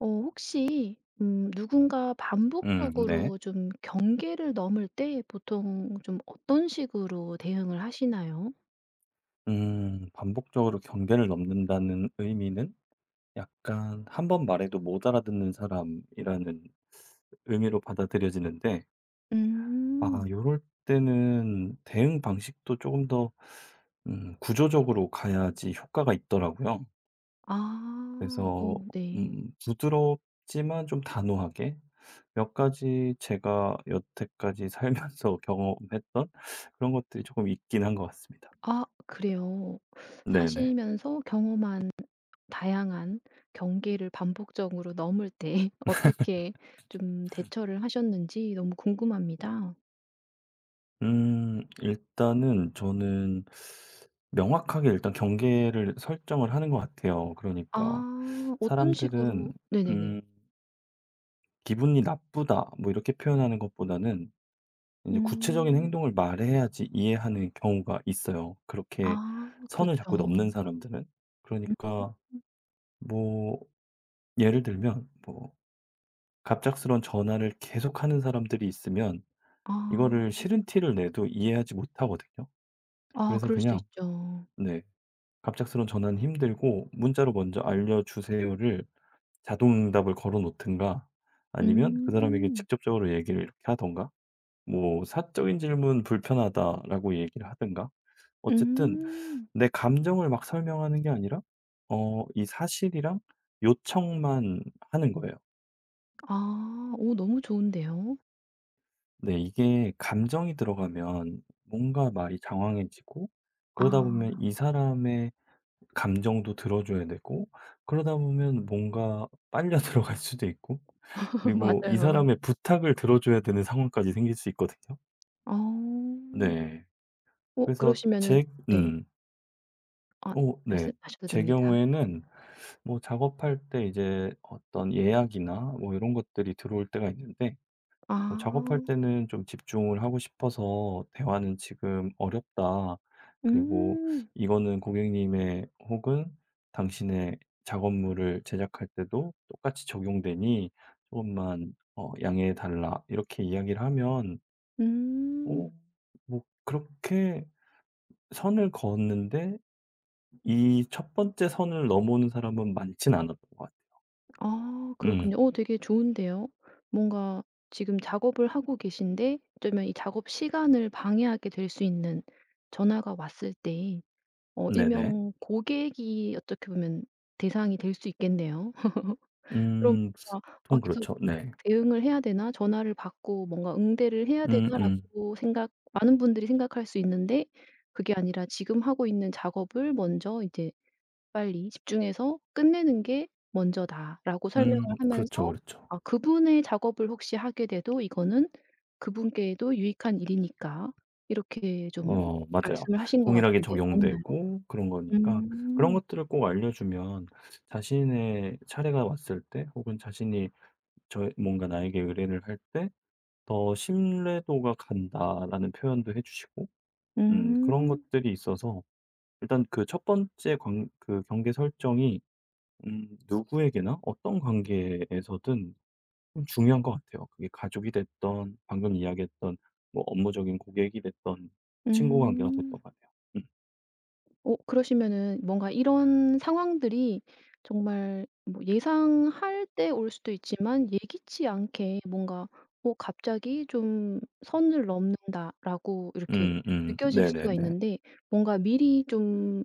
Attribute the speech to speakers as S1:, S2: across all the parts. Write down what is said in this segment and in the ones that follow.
S1: 혹시 누군가
S2: 네.
S1: 반복적으로 좀 경계를 넘을 때 보통 좀 어떤 식으로 대응을 하시나요?
S2: 반복적으로 경계를 넘는다는 의미는 약간 한 번 말해도 못 알아듣는 사람이라는 의미로 받아들여지는데 아
S1: 음.
S2: 요럴 때는 대응 방식도 조금 더 구조적으로 가야지 효과가 있더라고요.
S1: 아.
S2: 그래서
S1: 어 네.
S2: 부드럽지만 좀 단호하게 몇 가지 제가 여태까지 살면서 경험했던 그런 것들이 조금 있긴 한 것 같습니다.
S1: 아 그래요.
S2: 네네.
S1: 사시면서 경험한 다양한 경계를 반복적으로 넘을 때 어떻게 좀 대처를 하셨는지 너무 궁금합니다.
S2: 일단은 저는 명확하게 일단 경계를 설정을 하는 것 같아요. 그러니까
S1: 아 어떤
S2: 사람들은
S1: 식으로 네네네.
S2: 음 "기분이 나쁘다." 뭐 이렇게 표현하는 것보다는 이제 구체적인
S1: 음.
S2: 행동을 말해야지 이해하는 경우가 있어요, 그렇게
S1: 아
S2: 선을 자꾸 넘는
S1: 그렇죠.
S2: 사람들은.
S1: 음.
S2: 그러니까 뭐 예를 들면 뭐 갑작스러운 전화를 계속하는 사람들이 있으면
S1: 아.
S2: 이거를 싫은 티를 내도 이해하지 못하거든요.
S1: 아
S2: 그래서
S1: 그럴 수
S2: 그냥
S1: 있죠.
S2: 네. 갑작스러운 전화는 힘들고 문자로 먼저 "알려주세요."를 자동 응답을 걸어 놓든가 아니면 그 사람에게
S1: 음.
S2: 직접적으로 얘기를 이렇게 하든가 뭐 "사적인 질문 불편하다."라고 얘기를 하든가 어쨌든
S1: 음.
S2: 내 감정을 막 설명하는 게 아니라 이 사실이랑 요청만 하는 거예요.
S1: 아. 오, 너무 좋은데요.
S2: 네 이게 감정이 들어가면 뭔가 말이 장황해지고 그러다 보면
S1: 아
S2: 이 사람의 감정도 들어줘야 되고 그러다 보면 뭔가 빨려 들어갈 수도 있고 그리고 이
S1: 맞아요.
S2: 사람의 부탁을 들어줘야 되는 상황까지 생길 수 있거든요.
S1: 어.
S2: 네.
S1: 어
S2: 그래서
S1: 그러시면은
S2: 제
S1: 네.
S2: 음.
S1: 아
S2: 오, 네.
S1: 말씀하셔도
S2: 제
S1: 됩니다.
S2: 경우에는 뭐 작업할 때 이제 어떤 예약이나 뭐 이런 것들이 들어올 때가 있는데 뭐 작업할
S1: 아.
S2: 때는 좀 집중을 하고 싶어서 "대화는 지금 어렵다. 그리고
S1: 음.
S2: 이거는 고객님의 혹은 당신의 작업물을 제작할 때도 똑같이 적용되니 조금만 양해해 달라." 이렇게 이야기를 하면 어
S1: 음.
S2: 뭐 그렇게 선을 그었는데 이 첫 번째 선을 넘어오는 사람은 많진 않았던 것 같아요.
S1: 아
S2: 음.
S1: 그렇군요. 어 되게 좋은데요. 뭔가 지금 작업을 하고 계신데 어쩌면 이 작업 시간을 방해하게 될 수 있는 전화가 왔을 때
S2: 네네.
S1: 일명 고객이 어떻게 보면 대상이 될 수 있겠네요. 그럼
S2: 음.
S1: 뭔가 '아
S2: 보통
S1: 계속
S2: 그렇죠. 네.
S1: 대응을 해야 되나? 전화를 받고 뭔가 응대를 해야
S2: 음음. 음.
S1: 되나?'라고 생각 많은 분들이 생각할 수 있는데 그게 아니라 지금 하고 있는 작업을 먼저 이제 빨리 집중해서 끝내는 게 먼저다라고 설명을
S2: 그렇죠,
S1: 하면서
S2: 그렇죠.
S1: 아 그분의 작업을 혹시 하게 돼도 이거는 그분께도 유익한 일이니까 이렇게 좀
S2: 어 맞아요.
S1: 말씀을 하신 것
S2: 동일하게
S1: 같은데 맞나요?
S2: 적용되고 그런 거니까 그런
S1: 음.
S2: 것들을 꼭 알려주면 자신의 차례가 왔을 때 혹은 자신이 저 뭔가 나에게 의뢰를 할 때 더 "신뢰도가 간다."라는 표현도 해 주시고 그런
S1: 음.
S2: 것들이 있어서 일단 그 첫 번째 관 그 경계 설정이 누구에게나 어떤 관계에서든 좀 중요한 것 같아요. 그게 가족이 됐던 방금 이야기했던 뭐 업무적인 고객이 됐던 친구 관계가 됐것
S1: 음.
S2: 같아요 음.
S1: 어 그러시면은 뭔가 이런 상황들이 정말 뭐 예상할 때 올 수도 있지만 예기치 않게 뭔가 '어 갑자기 좀 선을 넘는다.'라고 이렇게 느껴질 수가
S2: 네네네.
S1: 있는데 뭔가 미리 좀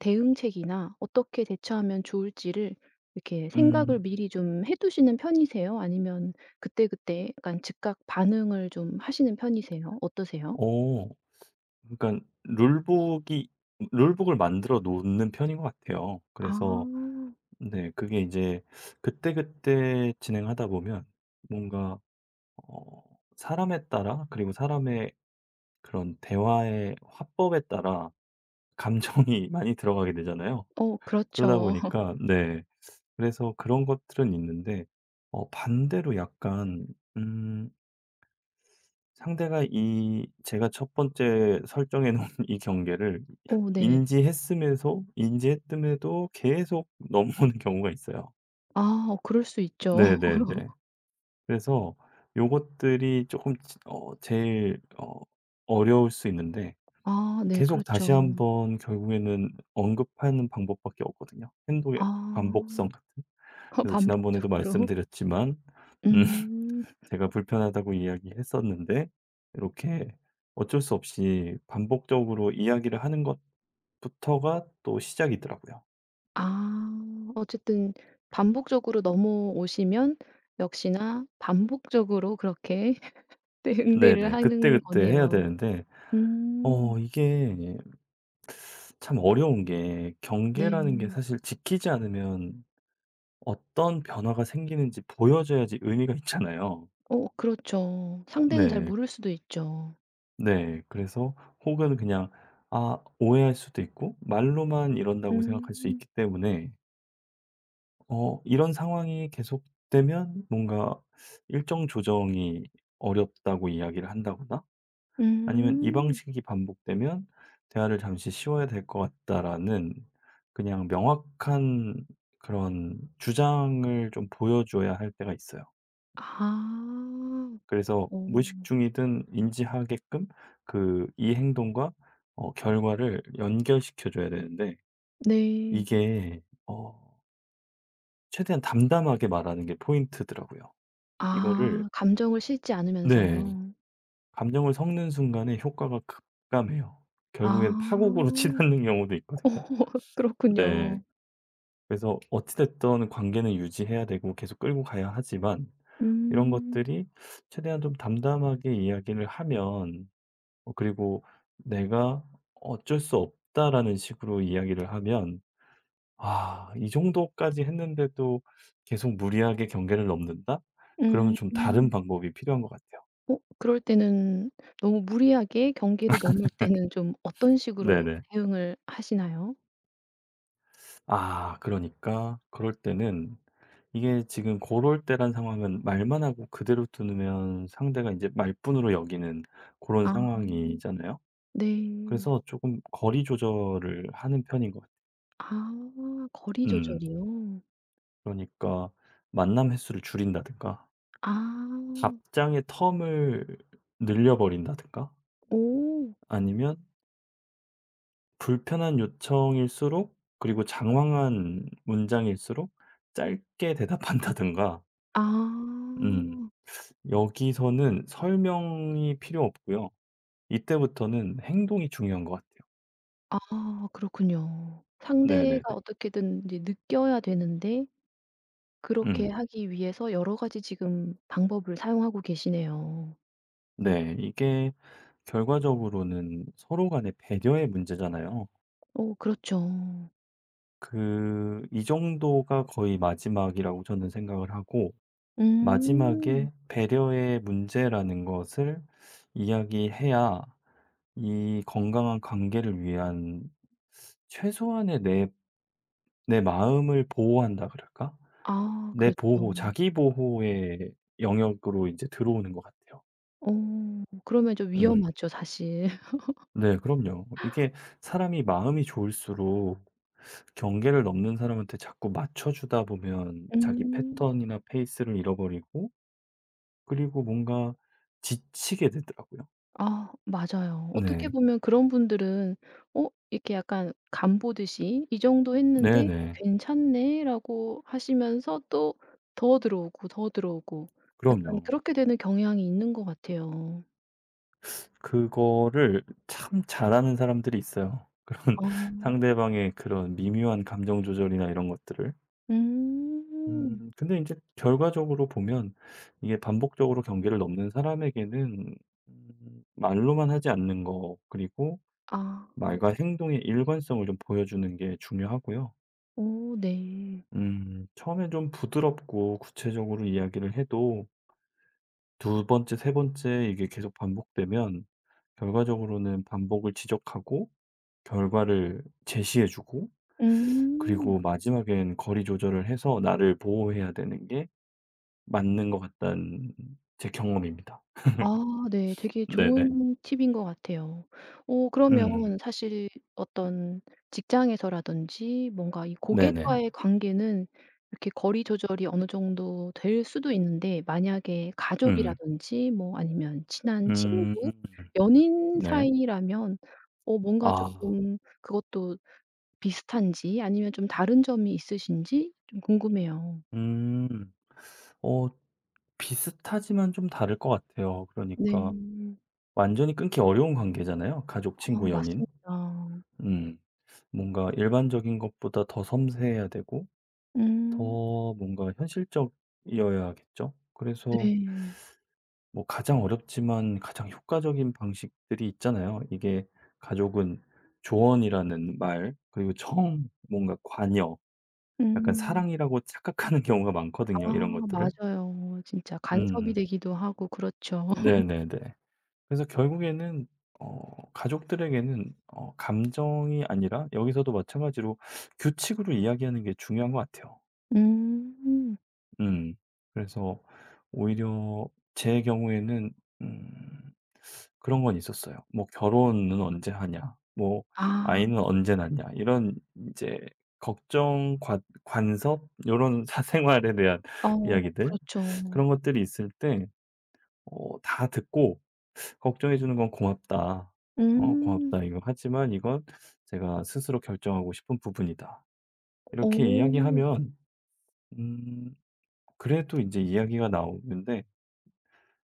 S1: 대응책이나 어떻게 대처하면 좋을지를 이렇게 생각을
S2: 음.
S1: 미리 좀 해 두시는 편이세요? 아니면 그때그때 약간 즉각 반응을 좀 하시는 편이세요? 어떠세요?
S2: 오, 그러니까 룰북이 룰북을 만들어 놓는 편인 것 같아요.
S1: 아.
S2: 그래서 네 그게 이제 그때그때 진행하다 보면 뭔가 어 사람에 따라 그리고 사람의 그런 대화의 화법에 따라 감정이 많이 들어가게 되잖아요.
S1: 어
S2: 그러다
S1: 그렇죠.
S2: 보니까 네 그래서 그런 것들은 있는데 반대로 약간 음 상대가 이 제가 첫 번째 설정해 놓은 이 경계를
S1: 어 네.
S2: 인지했음에서 인지했음에도 계속 넘어오는 경우가 있어요.
S1: 아 어 그럴 수 있죠.
S2: 네네네. 그래서 요것들이 조금 지 제일 어려울 수 있는데
S1: 아 네
S2: 계속 다시
S1: 그렇죠.
S2: 한번 결국에는 언급하는 방법밖에 없거든요, 행동의 반복성
S1: 아
S2: 같은. 그래서 지난번에도
S1: 반복적으로.
S2: 말씀드렸지만 음.
S1: 음.
S2: 제가 불편하다고 이야기했었는데 이렇게 어쩔 수 없이 반복적으로 이야기를 하는 것부터가 또 시작이더라고요.
S1: 아 어쨌든 반복적으로 넘어오시면 역시나 반복적으로 그렇게 네 응대를
S2: 네네.
S1: 하는
S2: 그때그때 해야
S1: 거네요.
S2: 되는데
S1: 음.
S2: 이게 참 어려운 게 경계라는 게
S1: 네.
S2: 사실 지키지 않으면 어떤 변화가 생기는지 보여줘야지 의미가 있잖아요.
S1: 어 그렇죠. 상대는 잘
S2: 네.
S1: 모를 수도 있죠.
S2: 네. 그래서 혹은 그냥 아 오해할 수도 있고 말로만 이런다고 생각할 수
S1: 음.
S2: 있기 때문에 이런 상황이 계속되면 뭔가 일정 조정이 어렵다고 이야기를 한다거나 아니면 "이
S1: 음.
S2: 방식이 반복되면 대화를 잠시 쉬어야 될 것 같다."라는 그냥 명확한 그런 주장을 좀 보여줘야 할 때가 있어요.
S1: 아.
S2: 그래서 무의식
S1: 어.
S2: 중이든 인지하게끔 이 행동과 결과를 연결시켜 줘야 되는데
S1: 네.
S2: 이게 어 최대한 담담하게 말하는 게 포인트더라고요. 이거를
S1: 아 감정을 싣지
S2: 네.
S1: 않으면서요.
S2: 감정을 섞는 순간에 효과가 급감해요. 결국엔 파국으로
S1: 아.
S2: 치닫는 경우도 있거든요. 네.
S1: 그렇군요.
S2: 그래서 어찌 됐든 관계는 유지해야 되고 계속 끌고 가야 하지만 이런
S1: 음.
S2: 것들이 최대한 좀 담담하게 이야기를 하면 그리고 "내가 어쩔 수 없다."라는 식으로 이야기를 하면 '아 이 정도까지 했는데도 계속 무리하게 경계를 넘는다?' 그러면
S1: 음.
S2: 좀 다른
S1: 음.
S2: 방법이 필요한 것 같아요.
S1: 어 그럴 때는 너무 무리하게 경계를 넘을 때는 좀 어떤 식으로
S2: 네네.
S1: 대응을 하시나요?
S2: 아 그러니까 그럴 때는 이게 지금 고럴 때란 상황은 말만 하고 그대로 두면 상대가 이제 말뿐으로 여기는 그런
S1: 아
S2: 상황이잖아요.
S1: 네.
S2: 그래서 조금 거리 조절을 하는 편인 것 같아요.
S1: 아 거리
S2: 음.
S1: 조절이요?
S2: 그러니까 만남 횟수를 줄인다든가
S1: 아.
S2: 답장의 텀을 늘려 버린다든가
S1: 오.
S2: 아니면 불편한 요청일수록 그리고 장황한 문장일수록 짧게 대답한다든가.
S1: 아.
S2: 음. 여기서는 설명이 필요 없고요. 이때부터는 행동이 중요한 것 같아요.
S1: 아 그렇군요.
S2: 네네네.
S1: 상대가 어떻게든 이제 느껴야 되는데 그렇게
S2: 음.
S1: 하기 위해서 여러 가지 지금 방법을 사용하고 계시네요.
S2: 네. 이게 결과적으로는 서로 간의 배려의 문제잖아요.
S1: 어 그렇죠.
S2: 그 이 정도가 거의 마지막이라고 저는 생각을 하고
S1: 음.
S2: 마지막에 배려의 문제라는 것을 이야기해야 이 건강한 관계를 위한 최소한의 내 내 마음을 보호한다 그럴까?
S1: 아
S2: 내
S1: 그렇죠.
S2: 보호, 자기 보호의 영역으로 이제 들어오는 것 같아요.
S1: 어 그러면 좀
S2: 음.
S1: 위험하죠 사실.
S2: 네 그럼요. 이게 사람이 마음이 좋을수록 경계를 넘는 사람한테 자꾸 맞춰 주다 보면 자기
S1: 음.
S2: 패턴이나 페이스를 잃어버리고 그리고 뭔가 지치게 되더라고요.
S1: 아 맞아요. 어떻게
S2: 네.
S1: 보면 그런 분들은 어 이렇게 약간 간 보듯이 '이 정도 했는데
S2: 네네.
S1: 괜찮네.'라고 하시면서 또 더 들어오고 더 들어오고 약간
S2: 그럼요.
S1: 그렇게 되는 경향이 있는 것 같아요.
S2: 그거를 참 잘하는 사람들이 있어요. 그런
S1: 아.
S2: 상대방의 그런 미묘한 감정 조절이나 이런 것들을.
S1: 음.
S2: 근데 이제 결과적으로 보면 이게 반복적으로 경계를 넘는 사람에게는 말로만 하지 않는 거 그리고
S1: 아.
S2: 말과 행동의 일관성을 좀 보여주는 게 중요하고요.
S1: 오 네.
S2: 처에 좀 부드럽고 구체적으로 이야기를 해도 두 번째, 세 번째 이게 계속 반복되면 결과적으로는 반복을 지적하고 결과를 제시해 주고
S1: 음.
S2: 그리고 마지막엔 거리 조절을 해서 나를 보호해야 되는 게 맞는 것 같다는 제 경험입니다.
S1: 아 네. 되게
S2: 네네.
S1: 좋은 팁인 것 같아요. 어
S2: 음.
S1: 그러면 사실 어떤 직장에서라든지 뭔가 이
S2: 네네.
S1: 고객과의 관계는 이렇게 거리 조절이 어느 정도 될 수도 있는데 만약에
S2: 음.
S1: 가족이라든지 뭐 아니면 친한
S2: 음.
S1: 친구, 연인
S2: 네.
S1: 사이라면 뭔가
S2: 아.
S1: 조금 그것도 비슷한지 아니면 좀 다른 점이 있으신지 좀 궁금해요.
S2: 음. 어 비슷하지만 좀 다를 것 같아요.
S1: 네.
S2: 그러니까 완전히 끊기 어려운 관계잖아요. 가족,
S1: 아
S2: 친구, 연인.
S1: 맞습니다.
S2: 음. 뭔가 일반적인 것보다 더 섬세해야 되고
S1: 음.
S2: 더 뭔가 현실적이어야겠죠. 그래서
S1: 네.
S2: 뭐 가장 어렵지만 가장 효과적인 방식들이 있잖아요. 이게 가족은 조언이라는 말, 그리고 정, 뭔가 관여, 약간
S1: 음.
S2: 사랑이라고 착각하는 경우가
S1: 아
S2: 많거든요, 이런 것들을.
S1: 맞아요. 진짜 간섭이
S2: 음.
S1: 되기도 하고 그렇죠.
S2: 네네네. 그래서 결국에는 가족들에게는 감정이 아니라 여기서도 마찬가지로 규칙으로 이야기하는 게 중요한 것 같아요.
S1: 음.
S2: 음. 그래서 오히려 제 경우에는 음 그런 건 있었어요. 뭐 "결혼은 언제 하냐?" 뭐
S1: 아.
S2: "아이는 언제 낳냐?" 이런 이제 걱정, 관 관섭 이런 사생활에 대한
S1: 어
S2: 이야기들
S1: 그렇죠.
S2: 그런 것들이 있을 때 다 듣고 "걱정해 주는 건 고맙다.
S1: 음.
S2: 고맙다 이거. 하지만 이건 제가 스스로 결정하고 싶은 부분이다." 이렇게
S1: 어.
S2: 이야기하면 음 그래도 이제 이야기가 나오는데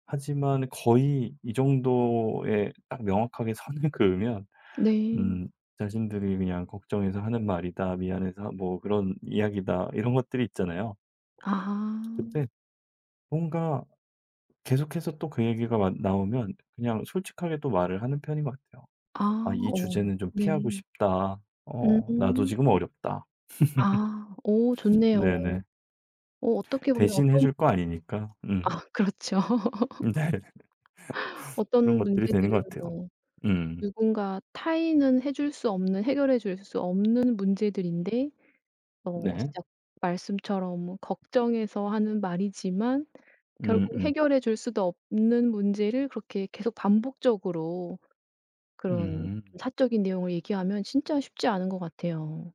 S2: 하지만 거의 이 정도에 딱 명확하게 선을 그으면
S1: 네.
S2: 음 자신들이 그냥 "걱정해서 하는 말이다. 미안해서 뭐 그런 이야기다." 이런 것들이 있잖아요.
S1: 아.
S2: 근데 뭔가 계속해서 또 그 얘기가 마 나오면 그냥 솔직하게 또 말을 하는 편인 것 같아요.
S1: 아
S2: "아 이
S1: 어.
S2: 주제는 좀 피하고
S1: 네.
S2: 싶다. 나도
S1: 음.
S2: 지금 어렵다."
S1: 아. 어 좋네요.
S2: 네네.
S1: 어 어떻게 보면
S2: 대신 해
S1: 어떤
S2: 줄 거 아니니까. 음.
S1: 아 그렇죠.
S2: 네. 그런
S1: 어떤
S2: 것들이 되는
S1: 문제들은
S2: 것 같아요.
S1: 뭐
S2: 음.
S1: 누군가 타인은 해줄 수 없는 해결해 줄 수 없는 문제들인데 어
S2: 네.
S1: 진짜 말씀처럼 걱정해서 하는 말이지만 결국
S2: 음.
S1: 해결해 줄 수도 없는 문제를 그렇게 계속 반복적으로 그런
S2: 음.
S1: 사적인 내용을 얘기하면 진짜 쉽지 않은 것 같아요.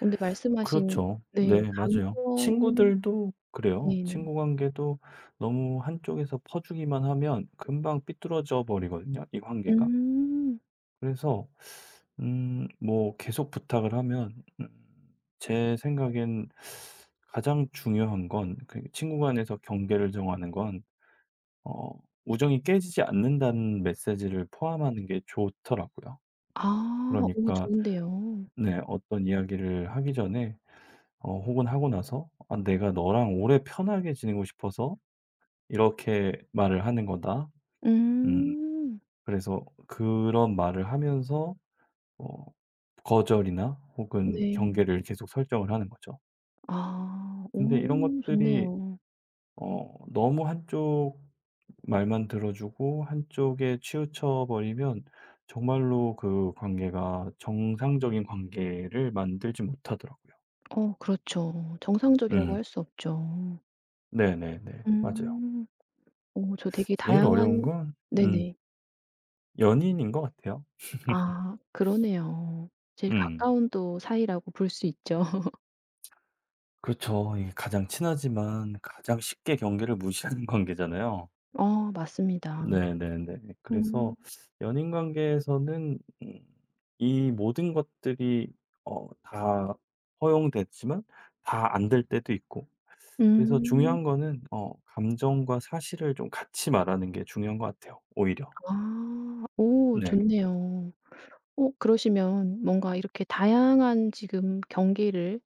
S1: 근데 말씀하신
S2: 그렇죠.
S1: 네
S2: 네 맞아요.
S1: 감정
S2: 친구들도 그래요.
S1: 네네.
S2: 친구 관계도 너무 한쪽에서 퍼주기만 하면 금방 삐뚤어져 버리거든요, 이 관계가.
S1: 음.
S2: 그래서 뭐 계속 부탁을 하면 제 생각엔 가장 중요한 건 그 친구 간에서 경계를 정하는 건 어 우정이 깨지지 않는다는 메시지를 포함하는 게 좋더라고요.
S1: 아 오
S2: 그러니까
S1: 좋은데요.
S2: 네 어떤 이야기를 하기 전에 혹은 하고 나서 '아 내가 너랑 오래 편하게 지내고 싶어서 이렇게 말을 하는 거다.' 음
S1: 음.
S2: 그래서 그런 말을 하면서 어 거절이나 혹은
S1: 네.
S2: 경계를 계속 설정을 하는 거죠.
S1: 아
S2: 근데 이런
S1: 오
S2: 것들이
S1: 좋네요.
S2: 너무 한쪽 말만 들어주고 한쪽에 치우쳐 버리면 정말로 그 관계가 정상적인 관계를 만들지 못하더라고요.
S1: 어 그렇죠. 정상적이라고
S2: 음.
S1: 할 수 없죠.
S2: 네네네. 맞아요.
S1: 음. 오, 저 되게
S2: 제일 어려운
S1: 다양한
S2: 건 음.
S1: 네네.
S2: 연인인 것 같아요.
S1: 아 그러네요. 제일
S2: 음.
S1: 가까운 또 사이라고 볼 수 있죠.
S2: 그렇죠. 이게 가장 친하지만 가장 쉽게 경계를 무시하는 관계잖아요.
S1: 어 맞습니다.
S2: 네네네.
S1: 음.
S2: 그래서 연인 관계에서는 이 모든 것들이 다 허용됐지만 다 안 될 때도 있고 그래서
S1: 음.
S2: 중요한 거는 감정과 사실을 좀 같이 말하는 게 중요한 것 같아요 오히려.
S1: 아. 오
S2: 네.
S1: 좋네요. 어 그러시면 뭔가 이렇게 다양한 지금 경계를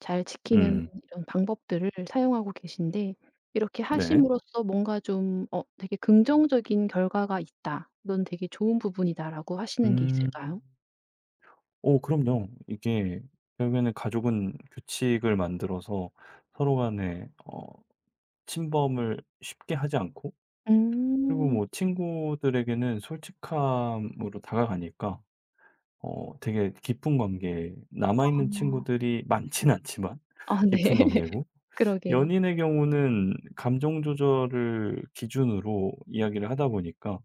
S1: 잘 지키는
S2: 음.
S1: 이런 방법들을 사용하고 계신데 이렇게
S2: 네.
S1: 하심으로써 뭔가 좀 어 되게 '긍정적인 결과가 있다. 이건 되게 좋은 부분이다.'라고 하시는 게
S2: 음.
S1: 있을까요?
S2: 오 그럼요. 이게 결국에는 가족은 규칙을 만들어서 서로 간에 침범을 쉽게 하지 않고 그리고
S1: 음.
S2: 뭐 친구들에게는 솔직함으로 다가가니까 되게 깊은 관계 남아있는
S1: 아.
S2: 친구들이 많진 않지만
S1: 아 네.
S2: 깊은 관계고
S1: 그러게요.
S2: 연인의 경우는 감정 조절을 기준으로 이야기를 하다 보니까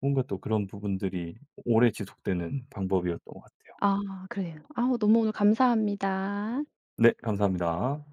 S2: 뭔가 또 그런 부분들이 오래 지속되는 방법이었던 것 같아요.
S1: 아 그래요. 아우 너무 오늘 감사합니다.
S2: 네 감사합니다.